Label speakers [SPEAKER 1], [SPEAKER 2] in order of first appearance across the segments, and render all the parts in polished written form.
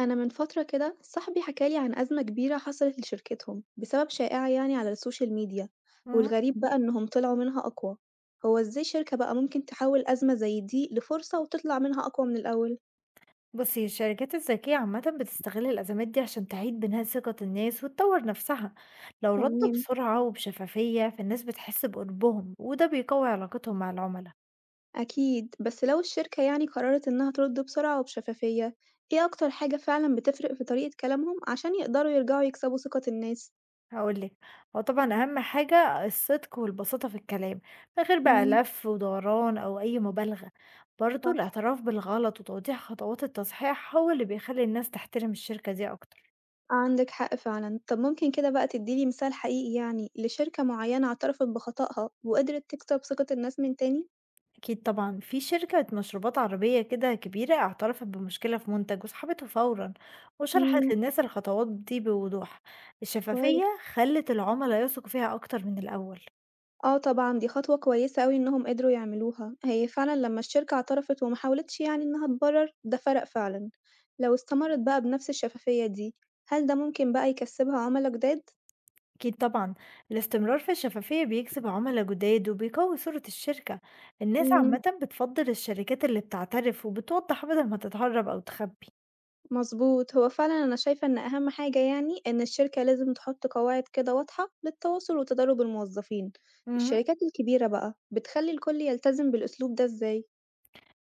[SPEAKER 1] أنا من فترة كده صاحبي حكالي عن أزمة كبيرة حصلت لشركتهم بسبب شائعة يعني على السوشيال ميديا.
[SPEAKER 2] اهم.
[SPEAKER 1] والغريب بقى إنهم طلعوا منها أقوى. هو إزاي شركة بقى ممكن تحول أزمة زي دي لفرصة وتطلع منها أقوى من الأول؟
[SPEAKER 2] بُصّي، الشركات الذكية عامةً بتستغل الأزمات دي عشان تعيد بناء ثقة الناس وتطور نفسها، لو ردّوا
[SPEAKER 1] تمام.
[SPEAKER 2] بسرعة وبشفافية فالناس بتحس بقربهم، وده بيقوي علاقتهم مع العملا.
[SPEAKER 1] أكيد بس لو الشركة يعني قررت إنها ترد بسرعة وبشفافية، إيه أكتر حاجة فعلا بتفرق في طريقة كلامهم عشان يقدروا يرجعوا يكسبوا ثقة الناس؟
[SPEAKER 2] هاقول لِك، هو طبعًا أهم حاجة الصدق والبساطة في الكلام، من غير بقى
[SPEAKER 1] مم،
[SPEAKER 2] لف ودوران أو أي مبالغة، برضه
[SPEAKER 1] صح.
[SPEAKER 2] الاعتراف بالغلط وتوضيح خطوات التصحيح هو اللي بيخلّي الناس تحترم الشركة دي أكتر.
[SPEAKER 1] عندِك حق فعلًا. طب ممكن كده بقى تدّي لي مثال حقيقي يعني لشركة معيّنة اعترفت بخطأها وقدرت تكسب ثقة الناس من تاني؟
[SPEAKER 2] أكيد طبعًا، في شركة مشروبات عربية كده كبيرة اعترفت بمشكلة في منتج وسحبته فورًا، وشرحت
[SPEAKER 1] إمم،
[SPEAKER 2] للناس الخطوات دي بوضوح. الشفافية
[SPEAKER 1] كويس.
[SPEAKER 2] خلت العملا يثقوا فيها أكتر من الأول.
[SPEAKER 1] آه طبعًا، دي خطوة كويسة أوي إنهم قدروا يعملوها. هي فعلًا لمّا الشركة اعترفت وما حاولتش يعني إنها تبرر، ده فرق فعلًا. لو استمرت بقى بنفس الشفافية دي، هل ده ممكن بقى يكسبها عملا جداد؟
[SPEAKER 2] أكيد طبعًا، الاستمرار في الشفافية بيجذب عملا جداد وبيقوي صورة الشركة. الناس
[SPEAKER 1] إمم.
[SPEAKER 2] عامةً بتفضل الشركات اللي بتعترف وبتوضح بدل ما تتهرب أو تخبي.
[SPEAKER 1] مضبوط، هو فعلًا أنا شايفة إن أهم حاجة يعني إن الشركة لازم تحط قواعد كده واضحة للتواصل وتدرّب الموظفين،
[SPEAKER 2] اهم.
[SPEAKER 1] الشركات الكبيرة بقى بتخلّي الكل يلتزم بالأسلوب ده إزاي؟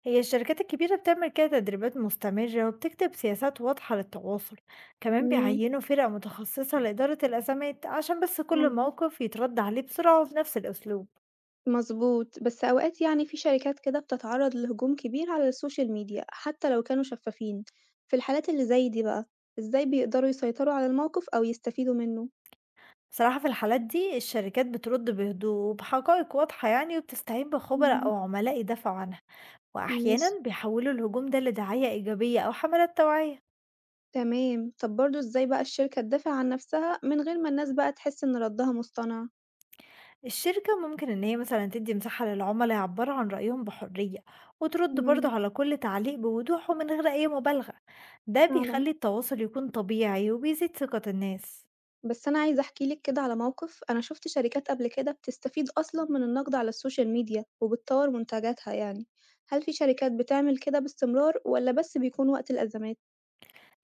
[SPEAKER 2] هي الشركات الكبيرة بتعمل كده تدريبات مستمرة وبتكتب سياسات واضحة للتواصل، كمان
[SPEAKER 1] إمم،
[SPEAKER 2] بيعينوا فرق متخصصة لإدارة الأزمات عشان بس كل
[SPEAKER 1] فعلًا.
[SPEAKER 2] موقف يترد عليه بسرعة وفي نفس الأسلوب.
[SPEAKER 1] مضبوط، بس أوقات يعني في شركات كده بتتعرّض لهجوم كبير على السوشيال ميديا حتى لو كانوا شفافين، في الحالات اللي زي دي بقى إزاي بيقدروا يسيطروا على الموقف أو يستفيدوا منه؟
[SPEAKER 2] صراحة في الحالات دي الشركات بترد بهدوء وبحقائق واضحة يعني وبتستعين بخبراء
[SPEAKER 1] إمم،
[SPEAKER 2] أو عملاء يدافعوا عنها،
[SPEAKER 1] ماشي،
[SPEAKER 2] وأحيانا بيحولوا الهجوم ده لدعاية إيجابية أو حملات توعية.
[SPEAKER 1] تمام. طَب برضه إزاي بقى الشركة تدافع عن نَفْسها من غير ما الناس بقى تحس إن ردّها مصطنع؟
[SPEAKER 2] الشركة ممكن إن هي مثلا تدي مساحة للعملاء يعبروا عن رأيهم بحرية، وترد برضه
[SPEAKER 1] إمم،
[SPEAKER 2] على كل تعليق بوضوح ومن غير أي مبالغة. ده
[SPEAKER 1] فعلًا.
[SPEAKER 2] بيخلي التواصل يكون طبيعي وبيزيد ثقة الناس.
[SPEAKER 1] بس أنا عايزة أحكي لِك كده على موقف، أنا شُفت شركات قبل كده بتستفيد أصلًا من النقد على السوشيال ميديا وبتطوّر منتجاتها يعني، هل في شركات بتعمل كده باستمرار والّا بس بيكون وقت الأزمات؟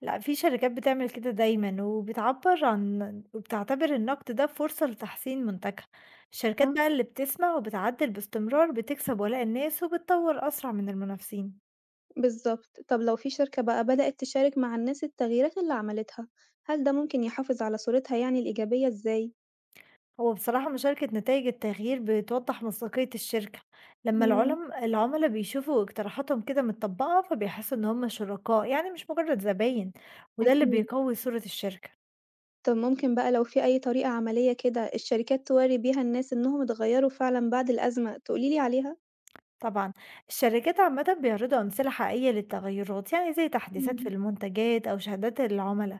[SPEAKER 2] لا، في شركات بتعمل كده دايما وبتعبر وبتعتبر النقد ده فرصة لتحسين منتجها. الشركات بقى
[SPEAKER 1] صح،
[SPEAKER 2] اللي بتسمع وبتعدل باستمرار بتكسب ولاء الناس وبتطور أسرع من المنافسين.
[SPEAKER 1] بالضبط. طب لو في شركة بقى بدأت تشارك مع الناس التغييرات اللي عملتها، هل ده ممكن يحافظ على صورتها يعني الإيجابية إزاي؟
[SPEAKER 2] هو بصراحة مشاركة نتائج التغيير بتوضح مصداقية الشركة. لما
[SPEAKER 1] إمم،
[SPEAKER 2] العملاء بيشوفوا اقتراحاتهم كده متطبقة فبيحسوا إن هم شركاء يعني مش مجرد زباين، وده اللي
[SPEAKER 1] أكيد.
[SPEAKER 2] بيقوي صورة الشركة.
[SPEAKER 1] طب ممكن بقى لو في أي طريقة عملية كده الشركات تورّي بيها الناس إنهم اتغيّروا فعلًا بعد الأزمة، تقولي لي عليها؟
[SPEAKER 2] طبعا الشركات عامة بيعرضوا أمثلة حقيقية للتغيرات يعني زي تحديثات في
[SPEAKER 1] إمم،
[SPEAKER 2] المنتجات أو شهادات العملاء،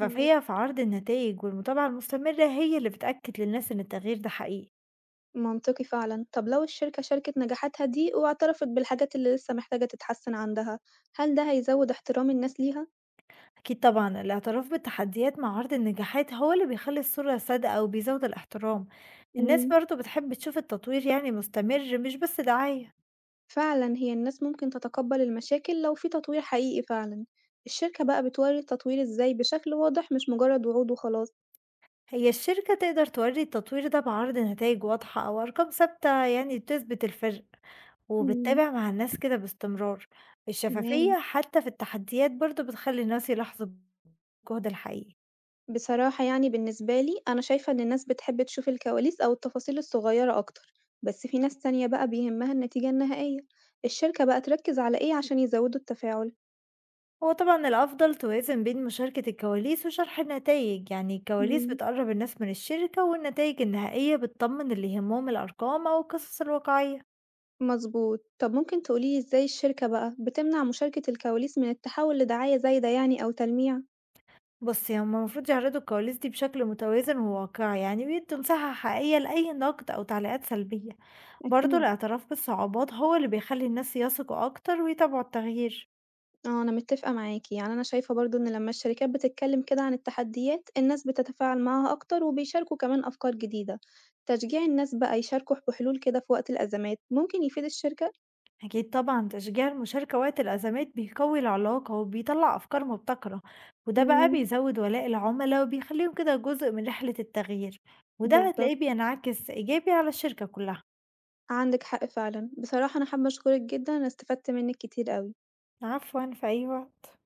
[SPEAKER 1] ماشي.
[SPEAKER 2] في عرض النتائج والمتابعة المستمرة هي اللي بتأكد للناس إن التغيير ده حقيقي.
[SPEAKER 1] منطقي فعلًا. طب لو الشركة شاركت نجاحاتها دي واعترفت بالحاجات اللي لسه محتاجة تتحسن عندها، هل ده هيزود احترام الناس ليها؟
[SPEAKER 2] أكيد طبعًا، الاعتراف بالتحديات مع عرض النجاحات هو اللي بيخلّي الصورة صادقة وبيزود الاحترام، الناس
[SPEAKER 1] إمم.
[SPEAKER 2] برضه بتحب تشوف التطوير يعني مستمر مش بس دعاية،
[SPEAKER 1] فعلًا هي الناس ممكن تتقبل المشاكل لو في تطوير حقيقي فعلًا. الشركة بقى بتوري التطوير إزاي بشكل واضح مش مجرد وعود وخلاص؟
[SPEAKER 2] هي الشركة تقدر تورّي التطوير ده بعرض نتايج واضحة أو أرقام ثابتة يعني تثبت الفرق،
[SPEAKER 1] إمم،
[SPEAKER 2] وبتتابع مع الناس كده باستمرار،
[SPEAKER 1] تمام.
[SPEAKER 2] الشفافية حتى في التحديات برضه بتخلّي الناس يلاحظوا الجهد الحقيقي.
[SPEAKER 1] بصراحة يعني بالنسبة لي، أنا شايفة إن الناس بتحب تشوف الكواليس أو التفاصيل الصغيرة أكتر، بس في ناس تانية بقى بيهمها النتيجة النهائية. الشركة بقى تركز على إيه عشان يزودوا التفاعل؟
[SPEAKER 2] هو طبعًا الأفضل توازن بين مشاركة الكواليس وشرح النتايج، يعني الكواليس
[SPEAKER 1] إمم.
[SPEAKER 2] بتقرّب الناس من الشركة والنتايج النهائية بتطمن اللي يهمهم الأرقام أو القصص الواقعية.
[SPEAKER 1] مضبوط. طب ممكن تقولي لي إزاي الشركة بقى بتمنع مشاركة الكواليس من التحول لدعاية زايدة يعني أو تلميع؟
[SPEAKER 2] بُصّي، هُم المفروض يعرضوا الكواليس دي بشكل متوازن وواقعي، يعني ويدّوا مساحة حقيقية لأي نقد أو تعليقات سلبية. برضه
[SPEAKER 1] أكيد.
[SPEAKER 2] الاعتراف بالصعوبات هو اللي بيخلّي الناس يثقوا أكتر ويتابعوا التغيير.
[SPEAKER 1] آه، أنا متفقة معاك. يعني أنا شايفة برضه إن لما الشركات بتتكلم كده عن التحديات، الناس بتتفاعل معاها أكتر وبيشاركوا كمان أفكار جديدة. تشجيع الناس بقى يشاركوا بحلول كده في وقت الأزمات ممكن يفيد الشركة؟
[SPEAKER 2] أكيد طبعًا، تشجيع المشاركة وقت الأزمات بيقوي العلاقة وبيطلّع أفكار مبتكرة، وده بقى
[SPEAKER 1] إمم،
[SPEAKER 2] بيزوّد ولاء العُملا وبيخلّيهم كده جزء من رحلة التغيير، وده
[SPEAKER 1] بالضبط.
[SPEAKER 2] هتلاقيه بينعكس إيجابي على الشركة كلّها.
[SPEAKER 1] عندِك حق فعلًا. بصراحة أنا حابة أشكرِك جدًا، أنا استفدت منِّك كتير أوي.
[SPEAKER 2] عفوًا، في أي وقت.